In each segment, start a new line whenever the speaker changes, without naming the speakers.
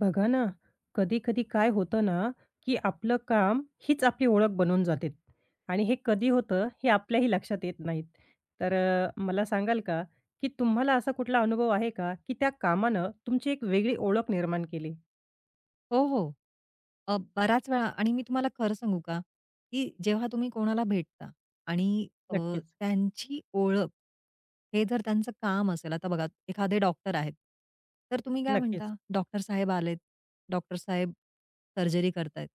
बघा ना, कधी-कधी काय होतं ना, की आपलं काम हीच आपली ओळख बनून जाते आणि हे कधी होतं हे आपल्याही लक्षात येत नाहीत. तर मला सांगाल का, की तुम्हाला असा कुठला अनुभव आहे का, की त्या कामानं तुमची एक वेगळी ओळख निर्माण केली?
हो, हो. बराच वेळा आणि मी तुम्हाला खरं सांगू का, की जेव्हा तुम्ही कोणाला भेटता आणि
नक्कीच,
त्यांची ओळख हे जर त्यांचं काम असेल, आता बघा एखादे डॉक्टर आहेत, तर तुम्ही काय
नक्कीच.
म्हणता, "डॉक्टर साहेब आलेत, डॉक्टर साहेब सर्जरी करतायत."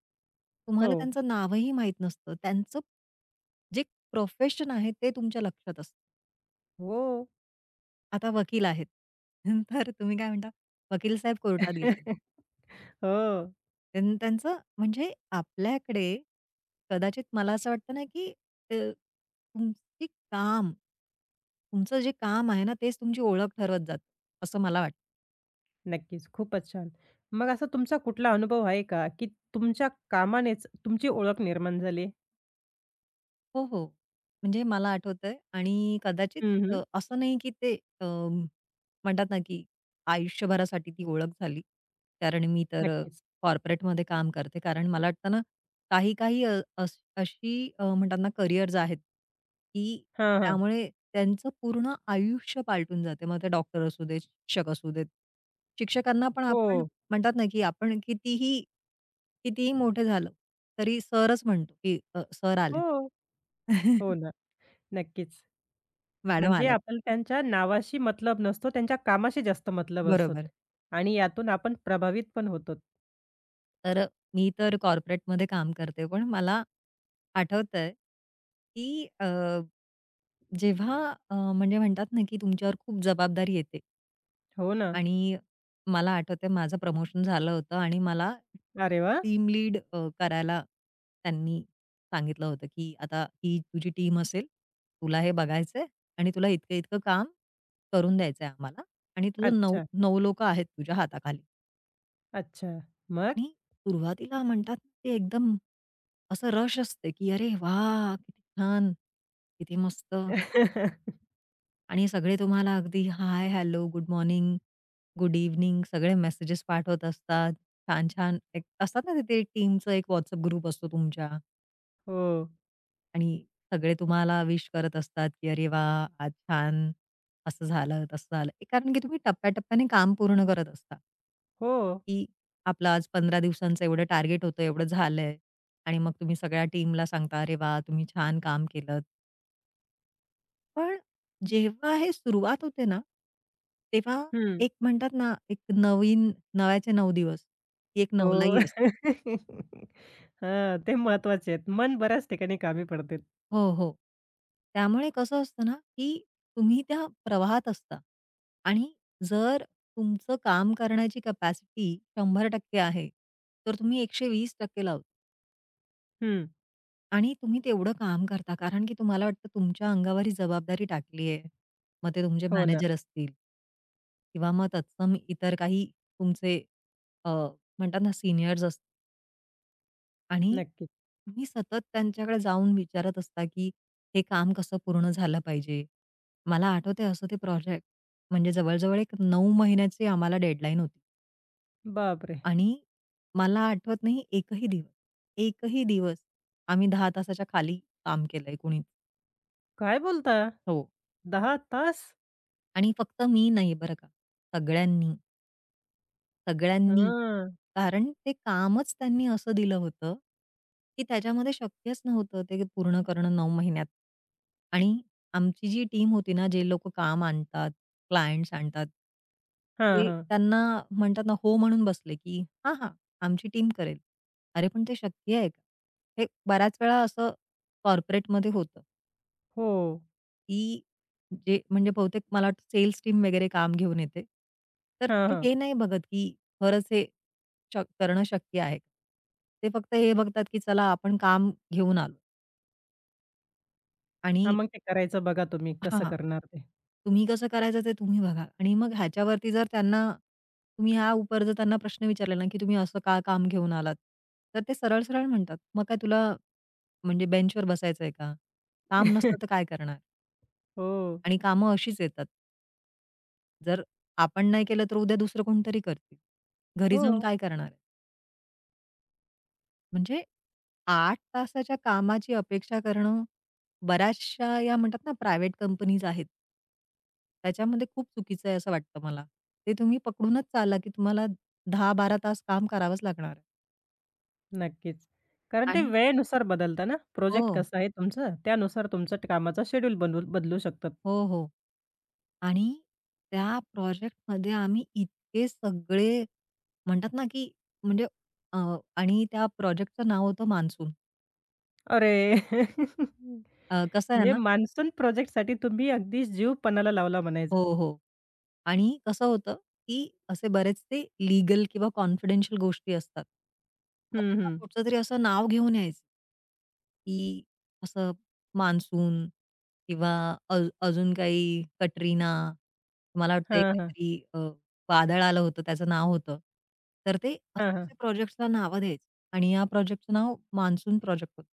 हो.
तुम्हाला त्यांचं नावही माहीत नसतं. त्यांचं जे प्रोफेशन आहे ते तुमच्या लक्षात असतं.
हो.
आता वकील आहेत, तर तुम्ही काय म्हणता, "वकील साहेब कोर्टात गेलेत."
हो.
त्यांचं म्हणजे आपल्याकडे कदाचित मला असं वाटतं ना, की अ, तुमची काम तुमचं जे काम आहे ना, तेच तुमची ओळख ठरवत जातं, असं मला वाटतं.
नक्कीच. खूपच छान. मग असा तुमचा कुठला अनुभव आहे का, की तुमच्या कामानेच तुमची ओळख निर्माण झाली?
हो, हो. म्हणजे मला आठवतंय आणि कदाचित
हं, हं.
असं नाही की ते अ, म्हणतात ना की आयुष्यभरासाठी ती ओळख झाली. कारण मी तर
नक्कीच.
कॉर्पोरेटमध्ये काम करते. कारण मला वाटतं ना, काही काही अशी म्हणतात ना करिअर्स आहेत, की
हां, हां.
त्यामुळे त्यांचं पूर्ण आयुष्य पालटून जाते. मग ते डॉक्टर असू देत, शिक्षक असू देत. शिक्षकांना पण आपण
हो.
म्हणतात ना, की आपण कितीही, कितीही मोठे झालो, तरी सरच म्हणतो, की सर आले,
हो. हो ना. नक्कीच.
मॅडम
म्हणजे
आल्यात.
आपल्याला त्यांच्या नावाशी मतलब नसतो, त्यांच्या कामाशी जास्त मतलब असतो
बरोबर.
आणि यातून आपण प्रभावित पण होतो.
तर मी तर कॉर्पोरेटमध्ये काम करते. पण मला आठवतंय, की जेव्हा म्हणजे म्हणतात ना, की तुमच्यावर खूप जबाबदारी येते.
हो ना.
आणि मला आठवतंय माझं प्रमोशन झालं होतं आणि मला
अरे वाह!
टीम लीड करायला त्यांनी सांगितलं होतं, की आता ही तुझी टीम असेल, तुला हे बघायचंय आणि तुला इतकं-इतकं काम करून द्यायचंय आम्हाला आणि तुझं 9
अच्छा,
9 लोकं आहेत तुझ्या हाताखाली.
अच्छा. मग?
आणि सुरुवातीला म्हणतात ना, ते एकदम असं रश असते, की "अरे वाह! किती छान, किती मस्त!" आणि सगळे तुम्हाला अगदी hi, hello, good morning, good evening सगळे मेसेजेस पाठवत असतात. छान-छान एक असतात ना तिथे टीमचा एक WhatsApp ग्रुप असतो तुमच्या
हो,
आणि सगळे तुम्हाला विश करत असतात, की "अरे वाह! आज छान असं झालं, तसं झालं." एक कारण की तुम्ही टप्प्याटप्प्याने काम पूर्ण करत असता.
हो.
की आपलं आज 15 दिवसांचं एवढं टार्गेट होतं, एवढं झालंय आणि मग तुम्ही सगळ्या टीमला सांगता, "अरे वाह! तुम्ही छान काम केलत." पण जेव्हा हे सुरुवात होते ना, तेव्हा
हं.
एक म्हणतात ना, एक नवीन नव्याचे 9 दिवस, ती एक
हो.
नवलाई असते.
हां, ते महत्वाचे आहेत. मन बऱ्याच ठिकाणी कामी पडते.
हो, हो. त्यामुळे कसं असतं ना, की तुम्ही त्या प्रवाहात असता आणि जर तुमचं काम करण्याची कॅपॅसिटी 100% आहे, तर तुम्ही 120% लावता.
हं.
आणि तुम्ही तेवढं काम करता कारण की तुम्हाला वाटतं तुमच्या अंगावर ही जबाबदारी टाकली आहे. मग ते तुमचे
हो ना.
मॅनेजर असतील किंवा मग तत्सम इतर काही तुमचे अ, म्हणतात ना सीनियर्स असतात आणि
नक्कीच.
तुम्ही सतत त्यांच्याकडे जाऊन विचारत असता, की हे काम कसं पूर्ण झालं पाहिजे. मला आठवतंय असं ते प्रोजेक्ट म्हणजे जवळ एक 9 महिन्याची आम्हाला डेडलाईन होती
बापरे!
आणि मला आठवत नाही एकही दिवस, एकही दिवस आम्ही 10 तासाच्या खाली काम केलंय कुणीच.
काय बोलता?
हो.
10 तास?
आणि फक्त मी नाही बरं का. सगळ्यांनी, सगळ्यांनी.
हां.
कारण ते कामच त्यांनी असं दिलं होतं, की त्याच्यामध्ये शक्यच नव्हतं ते पूर्ण करणं 9 महिन्यात. आणि आमची जी टीम होती ना, जे लोकं काम आणतात, क्लायंट्स आणतात.
हां,
ते
हां.
त्यांना म्हणतात ना, हो म्हणून बसले, की "हां, हां, आमची टीम करेल." अरे पण ते शक्य आहे का? हे बऱ्याच वेळा असं कॉर्पोरेटमध्ये होतं.
हो.
ती जे म्हणजे बहुतेक मला वाटतं सेल्स टीम वगैरे काम घेऊन येते. तर
हां,
ते
हां.
हे नाही बघत, की खरंच हे करणं शक्य आहे का? ते फक्त हे बघतात, की चला आपण काम घेऊन आलो
हां,
आणि
मग ते करायचं बघा तुम्ही कसं
हां.
करणार ते.
तुम्ही कसं करायचं ते तुम्ही बघा आणि मग ह्याच्यावरती जर त्यांना तुम्ही ह्या उपर जर त्यांना प्रश्न विचारला ना, की तुम्ही असं का काम घेऊन आलात? तर ते सरळ-सरळ म्हणतात, "मग काय तुला म्हणजे बेंचवर बसायचंय का? काम नसलं तर काय करणार?"
हो,
आणि कामं अशीच येतात. जर आपण नाही केलं तर उद्या दुसरं कोणीतरी करतील. घरी
हो,
जाऊन काय करणार आहे? म्हणजे 8 तासाच्या कामाची अपेक्षा करणं बऱ्याचशा या म्हणतात ना प्रायव्हेट कंपनीज आहेत. त्याच्यामध्ये खूप चुकीचं आहे असं वाटतं मला. ते तुम्ही पकडूनच चाला, की तुम्हाला 10-12 तास काम करावंच लागणार आहे.
नक्कीच. कारण ते
आणि
वेळेनुसार बदलतं ना. प्रोजेक्ट
हो,
कसं आहे तुमचं, त्यानुसार तुमचं कामाचा शेड्यूल बनवू बदलू शकतात.
हो, हो. आणि त्या प्रोजेक्टमध्ये आम्ही इतके सगळे म्हणतात ना, की म्हणजे अ, आणि त्या प्रोजेक्टचं नाव होतं मान्सून.
अरे!
कसं आहे
म्हणजे मान्सून प्रोजेक्टसाठी तुम्ही अगदी जीव पणाला लावला
हो,
म्हणायचा.
हो. आणि कसं होतं, की असे बरेचसे लीगल किंवा कॉन्फिडेन्शियल गोष्टी असतात. मग ते
हं,
ना
हं.
कुठचंतरी असं नाव घेऊन यायचं. की असं मान्सून किंवा अ अजून काही कटरीना, मला वाटतंय
हां, हां.
काहीतरी वादळ आलं होतं त्याचं नाव होतं. तर ते
हां, हां.
असे-असे प्रोजेक्ट्सला नावं द्यायचे आणि या प्रोजेक्टचं नाव मान्सून प्रोजेक्ट होतं.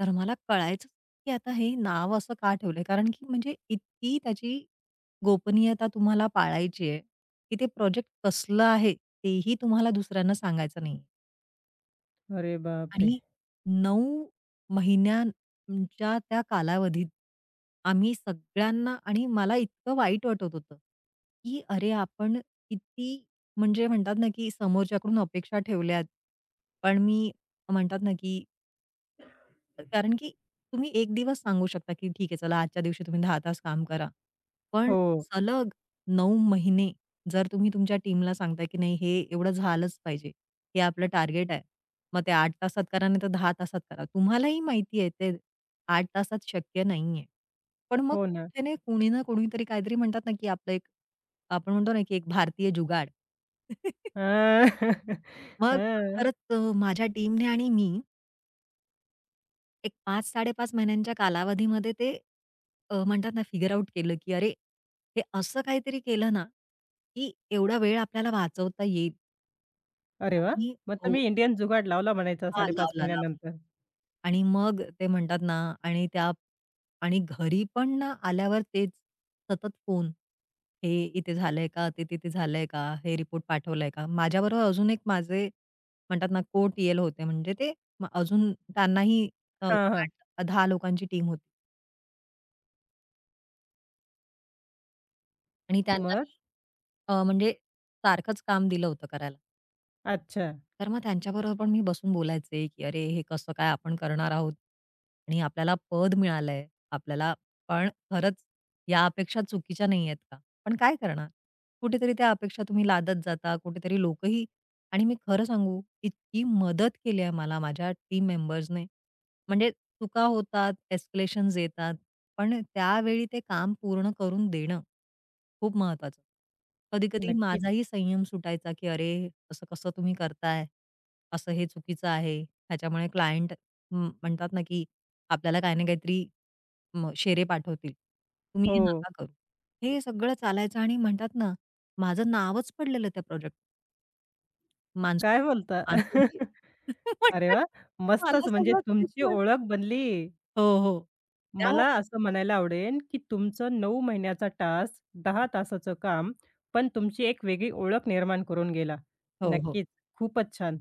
तर मला कळायचंच की आता हे नाव असं का ठेवलंय? कारण की म्हणजे इतकी त्याची गोपनीयता तुम्हाला पाळायची आहे, की ते प्रोजेक्ट कसलं आहे तेही तुम्हाला दुसऱ्यांना सांगायचं नाही.
अरे बापरे!
आणि 9 महिन्यांच्या त्या कालावधीत आम्ही सगळ्यांना आणि मला इतकं वाईट वाटत होतं, की अरे आपण किती म्हणजे म्हणतात ना, की समोरच्याकडून अपेक्षा ठेवल्यात. पण मी म्हणतात ना, की कारण की तुम्ही एक दिवस सांगू शकता, की ठीक आहे चला आजच्या दिवशी तुम्ही 10 तास काम करा. पण
हो,
सलग 9 महिने जर तुम्ही तुमच्या टीमला सांगता की नाही हे एवढं झालंच पाहिजे. हे आपलं टार्गेट आहे. मग ते 8 तासात करा नाही तर 10 तासात करा. तुम्हालाही माहिती आहे ते 8 तासात शक्य नाहीये. पण मग
हो ना.
कुठे ना कोणी ना कोणीतरी काहीतरी म्हणतात ना, की आपलं एक आपण म्हणतो ना, की एक भारतीय जुगाड.
हां.
मग
हां.
खरंच माझ्या टीमने आणि मी एक 5-5.5 महिन्यांच्या कालावधीमध्ये ते म्हणतात ना फिगर आउट केलं, की अरे, हे असं काहीतरी केलं ना, की एवढा वेळ आपल्याला वाचवता येईल
अरे वाह!
आणि
मग
हो.
तुम्ही इंडियन जुगाड लावला म्हणायचा
हां,
5.5
लावला, लावला.
महिन्यानंतर.
आणि मग ते म्हणतात ना आणि त्या आणि घरी पण ना आल्यावर तेच सतत फोन. हे इथे झालंय का? ते तिथे झालंय का? हे रिपोर्ट पाठवलाय का? माझ्याबरोबर अजून एक माझे म्हणतात ना को-टीएल होते म्हणजे ते अजून त्यांनाही अ,
हां, हां.
8-10 लोकांची टीम होती आणि
मग?
त्यांनाही म्हणजे सारखंच काम दिलं होतं करायला.
अच्छा.
तर मग त्यांच्याबरोबर पण मी बसून बोलायचे, की "अरे, हे कसं काय आपण करणार आहोत आणि आपल्याला पद मिळालंय. आपल्याला पण खरंच या अपेक्षा चुकीच्या नाहीयेत का? पण काय करणार? कुठेतरी त्या अपेक्षा तुम्ही लादत जाता, कुठेतरी लोकही" आणि मी खरं सांगू, इतकी मदत केली आहे मला माझ्या टीम मेंबर्सने. म्हणजे चुका होतात, एस्केलेशन्स येतात, पण त्यावेळी ते काम पूर्ण करून देणं खूप महत्वाचं. कधी-कधी
नक्कीच.
माझाही संयम सुटायचा, की "अरे, असं कसं तुम्ही करताय? असं हे चुकीचं आहे." ह्याच्यामुळे क्लायंट म्हणतात ना, की आपल्याला काही ना काहीतरी शेरे पाठवतील. तुम्ही हे
हो.
नका करू. हे सगळं चालायचं आणि म्हणतात ना, माझं नावच पडलेलं त्या प्रोजेक्ट
काय
मान्सून
बोलता?
मान्सून
अरे वाह!
मला
मस्तच म्हणजे
सगळं तेच
तुमची
वाट
ओळख बनली.
हो, हो. त्या
मला असं म्हणायला आवडेल, की तुमचं 9 महिन्याचा टास्क, 10 तासाचं काम, पण तुमची एक वेगळी ओळख निर्माण करून गेला.
हो, हो.
नक्कीच. खूपच छान.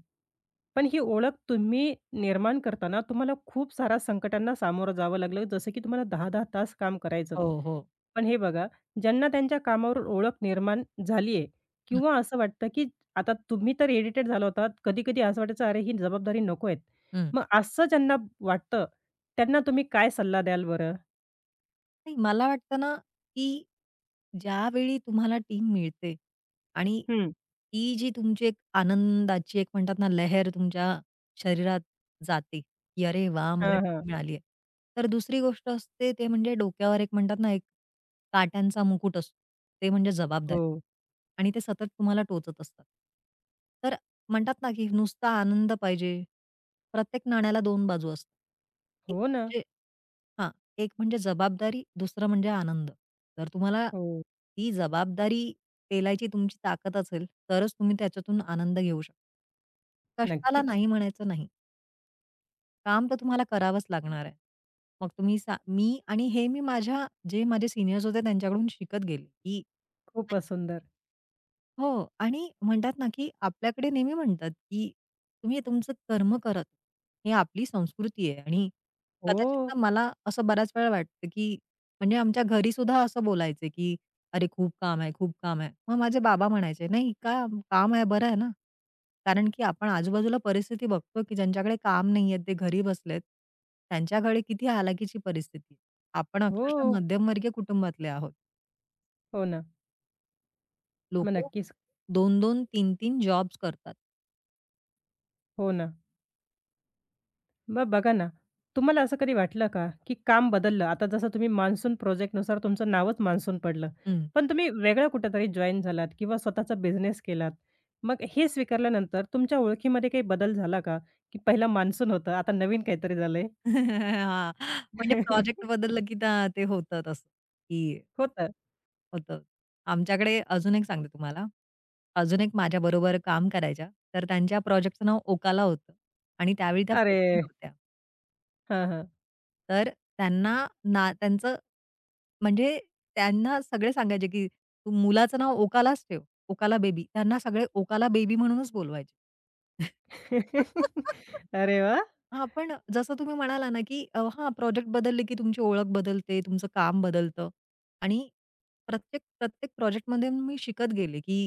पण ही ओळख तुम्ही निर्माण करताना तुम्हाला खूप साऱ्या संकटांना सामोरं जावं लागलं, जसं की तुम्हाला 10-10 तास काम करायचं.
हो, हो.
पण हे बघा, ज्यांना त्यांच्या कामावरून ओळख निर्माण झाली आहे
हं,
किंवा असं वाटतं, की आता तुम्ही तर इरिटेट झाला होतात. कधी-कधी असं वाटायचं, "अरे, ही जबाबदारी नको आहेत." मग असं ज्यांना वाटतं, त्यांना तुम्ही काय सल्ला द्याल बरं?
नाही, मला वाटतं ना, की ज्यावेळी तुम्हाला टीम मिळते आणि
हं.
ती जी तुमची एक आनंदाची एक म्हणतात ना, लहर तुमच्या शरीरात जाते, की "अरे वाह! मला हो.
हां, हां.
टीम मिळाली आहे." तर दुसरी गोष्ट असते ते म्हणजे डोक्यावर एक म्हणतात ना, एक काट्यांचा मुकुट असतो. ते म्हणजे जबाबदारी
हो.
आणि ते सतत तुम्हाला टोचत असतात. तर म्हणतात ना, की नुसता आनंद पाहिजे. प्रत्येक नाण्याला 2 बाजू असतात. एक
हो ना.
म्हणजे हां. एक म्हणजे जबाबदारी, दुसरं म्हणजे आनंद. जर तुम्हाला
हो.
ती जबाबदारी पेलायची तुमची ताकद असेल, तरच तुम्ही त्याच्यातून आनंद घेऊ शकता. कष्टाला
नक्कीच.
नाही म्हणायचं नाही. काम तर तुम्हाला करावंच लागणार आहे. मग तुम्ही मी आणि हे मी माझ्या जे माझे सीनियर्स होते त्यांच्याकडून शिकत गेले, की
खूपच सुंदर.
हो आणि म्हणतात ना, की आपल्याकडे नेहमी म्हणतात, की तुम्ही तुमचं कर्म करत. ही आपली संस्कृती आहे आणि
हो.
कदाचित ना मला असं बऱ्याच वेळा वाटतं, की म्हणजे आमच्या घरी सुद्धा असं बोलायचे, की "अरे, खूप काम आहे, खूप काम आहे." मग माझे बाबा म्हणायचे, "नाही का काम आहे, बरं आहे ना." कारण की आपण आजूबाजूला परिस्थिती बघतो, की ज्यांच्याकडे काम नाहीये, ते घरी बसलेत. त्यांच्याकडे किती हालाकीची परिस्थिती आहे. आपण अक्षरशः
हो.
मध्यमवर्गीय कुटुंबातले आहोत.
हो ना. मग
लोकं
नक्कीच.
2-2, 3-3 जॉब्स करतात.
हो ना. मग बघा ना, तुम्हाला असं कधी वाटलं का, की काम बदललं? आता जसं तुम्ही मान्सून प्रोजेक्टनुसार तुमचं नावच मान्सून पडलं.
हं.
पण तुम्ही वेगळं कुठेतरी जॉइन झालात किंवा स्वतःचा बिझनेस केलात. मग हे स्वीकारल्यानंतर तुमच्या ओळखीमध्ये काही बदल झाला का? की पहिला मान्सून होतं, आता नवीन काहीतरी झालंय?
हां. म्हणजे प्रोजेक्ट बदललं की त्या ते होतं तसं, की
होतं.
होतं. आमच्याकडे अजून एक सांगते तुम्हाला. अजून एक माझ्याबरोबर काम करायच्या, तर त्यांच्या प्रोजेक्टचं नाव ओकाला होतं आणि त्यावेळी त्या प्रेग्नंट
अरे!
होत्या.
हां, हां.
तर त्यांना ना त्यांचं म्हणजे त्यांना सगळे सांगायचे, की "तू मुलाचं नाव ओकालाच ठेव, ओकाला बेबी." त्यांना सगळे ओकाला बेबी म्हणूनच बोलवायचे.
अरे वाह!
हां, पण जसं तुम्ही म्हणाला ना, की हां, प्रोजेक्ट बदलले, की तुमची ओळख बदलते, तुमचं काम बदलतं आणि प्रत्येक प्रत्येक प्रोजेक्टमध्ये मी शिकत गेले, की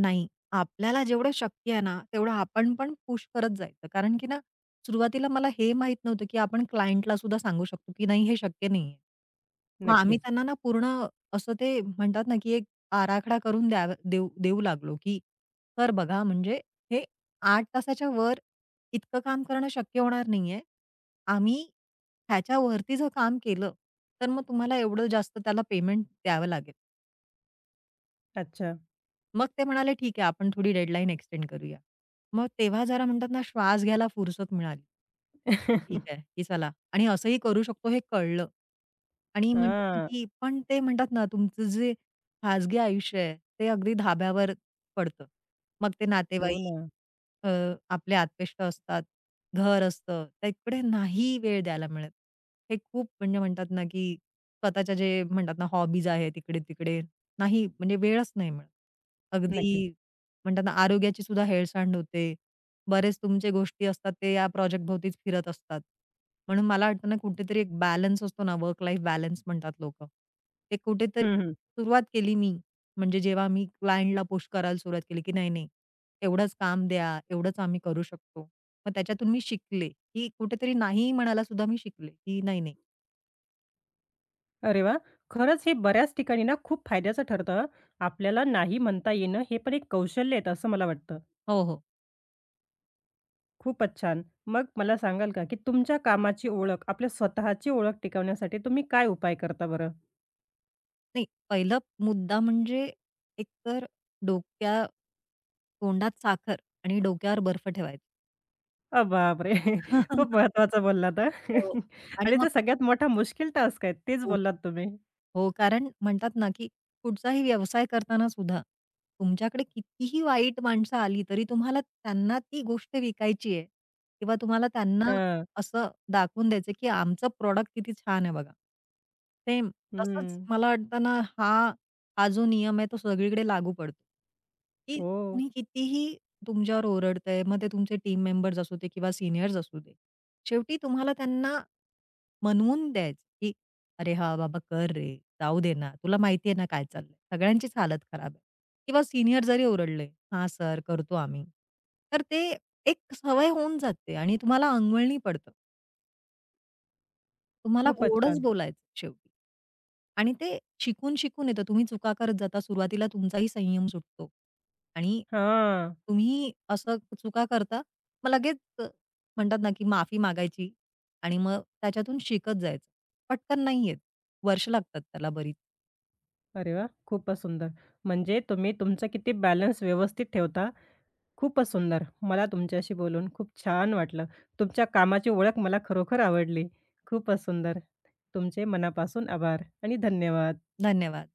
नाही आपल्याला जेवढं शक्य आहे ना, तेवढं आपण पण पुश करत जायचं. कारण की ना, सुरुवातीला मला हे माहीत नव्हतं, की आपण क्लायंटला सुद्धा सांगू शकतो, की नाही हे शक्य नाहीये. मग आम्ही
नक्कीच.
त्यांना ना पूर्ण असं ते म्हणतात ना, की एक आराखडा करून द्याव देऊ देऊ लागलो, की "सर बघा म्हणजे हे 8 तासाच्या वर" इतकं काम करणं शक्य होणार नाहीये. आम्ही ह्याच्यावरती जर काम केलं, तर मग तुम्हाला एवढं जास्त त्याला पेमेंट द्यावं लागेल.
अच्छा.
मग ते म्हणाले, "ठीक आहे, आपण थोडी डेडलाईन एक्सटेंड करूया." मग तेव्हा जरा म्हणतात ना, श्वास घ्यायला फुरसत मिळाली. ठीक आहे, की चला आणि असंही करू शकतो हे कळलं. आणि म्हणतात ना,
हां.
की पण ते म्हणतात ना, तुमचं जे खाजगी आयुष्य आहे, ते अगदी धाब्यावर पडतं. मग ते
हो
नातेवाईक
ना.
अ, आपले आत्पेष्ट असतात, घर असतं, तिकडे नाही वेळ द्यायला मिळत. हे खूप म्हणजे म्हणतात ना, की स्वतःच्या जे म्हणतात ना, हॉबीज आहेत इकडे-तिकडे नाही म्हणजे वेळच नाही मिळत.
नक्कीच.
अगदी म्हणतात ना, आरोग्याची सुद्धा हेळसांड होते. बरेच तुमचे गोष्टी असतात ते या प्रोजेक्टभोवतीच फिरत असतात. म्हणून मला वाटतं ना, कुठेतरी एक बॅलन्स असतो ना, वर्क लाईफ बॅलन्स म्हणतात लोकं. ते कुठेतरी
हं,
सुरुवात केली मी, म्हणजे जेव्हा मी क्लायंटला पुश करायला सुरुवात केली, की नाही, नाही. एवढंच काम द्या, एवढंच आम्ही करू शकतो. मग त्याच्यातून मी शिकले, की कुठेतरी नाही म्हणायला सुद्धा मी शिकले, की नाही, नाही.
अरे वाह! खरंच हे बऱ्याच ठिकाणी ना खूप फायद्याचं ठरतं. आपल्याला नाही म्हणता येणं हे पण एक कौशल्य आहे असं मला वाटतं.
हो, हो.
खूपच छान. मग मला सांगाल का, की तुमच्या कामाची ओळख, आपल्या स्वतःची ओळख टिकवण्यासाठी तुम्ही काय उपाय करता बरं?
नाही, पहिला मुद्दा म्हणजे एकतर डोक्या तोंडात साखर आणि डोक्यावर बर्फ ठेवायचा.
बापरे! खूप महत्त्वाचं बोललात हां.
हो.
आणि
आणि मग
तो सगळ्यात मोठा मुश्किल टास्क आहे तेच बोललात तुम्ही.
हो, कारण म्हणतात ना, की कुठचाही व्यवसाय करताना सुद्धा तुमच्याकडे कितीही वाईट माणसं आली, तरी तुम्हाला त्यांना ती गोष्ट विकायची आहे किंवा तुम्हाला त्यांना
हां.
असं दाखवून द्यायचं आहे, की आमचं प्रॉडक्ट किती छान आहे बघा. सेम तसंच
हं.
मला वाटतं ना, हा हा जो नियम आहे तो सगळीकडे लागू पडतो, की
हो.
कोणी कितीही तुमच्यावर ओरडतंय, मग ते तुमचे टीम मेंबर्स असू दे किंवा सीनियर्स असू दे. शेवटी तुम्हाला त्यांना मनवून द्यायचं, की "अरे हा बाबा कर रे, जाऊ दे ना, तुला माहिती आहे ना काय चाललंय." सगळ्यांचीच हालत खराब आहे. किंवा सीनियर जरी ओरडले, हा सर करतो आम्ही." तर ते एक सवय होऊन जाते आणि तुम्हाला अंगवळणी पडतं. तुम्हाला हो.
खूपच
गोडच
छान.
बोलायचं शेवटी. आणि ते शिकून-शिकून येतं. तुम्ही चुका करत जाता. सुरुवातीला तुमचाही संयम सुटतो आणि
हां.
तुम्ही असं चुका करता, मग लगेच म्हणतात ना, की माफी मागायची आणि मग त्याच्यातून शिकत जायचं. पटकन नाही येत. वर्ष लागतात त्याला बरीच.
अरे वाह! खूपच सुंदर. म्हणजे तुम्ही तुमचं किती बॅलन्स व्यवस्थित ठेवता खूपच सुंदर. मला तुमच्याशी बोलून खूप छान वाटलं. तुमच्या कामाची ओळख मला खरोखर आवडली. खूपच सुंदर. तुमचे मनापासून आभार आणि धन्यवाद.
धन्यवाद.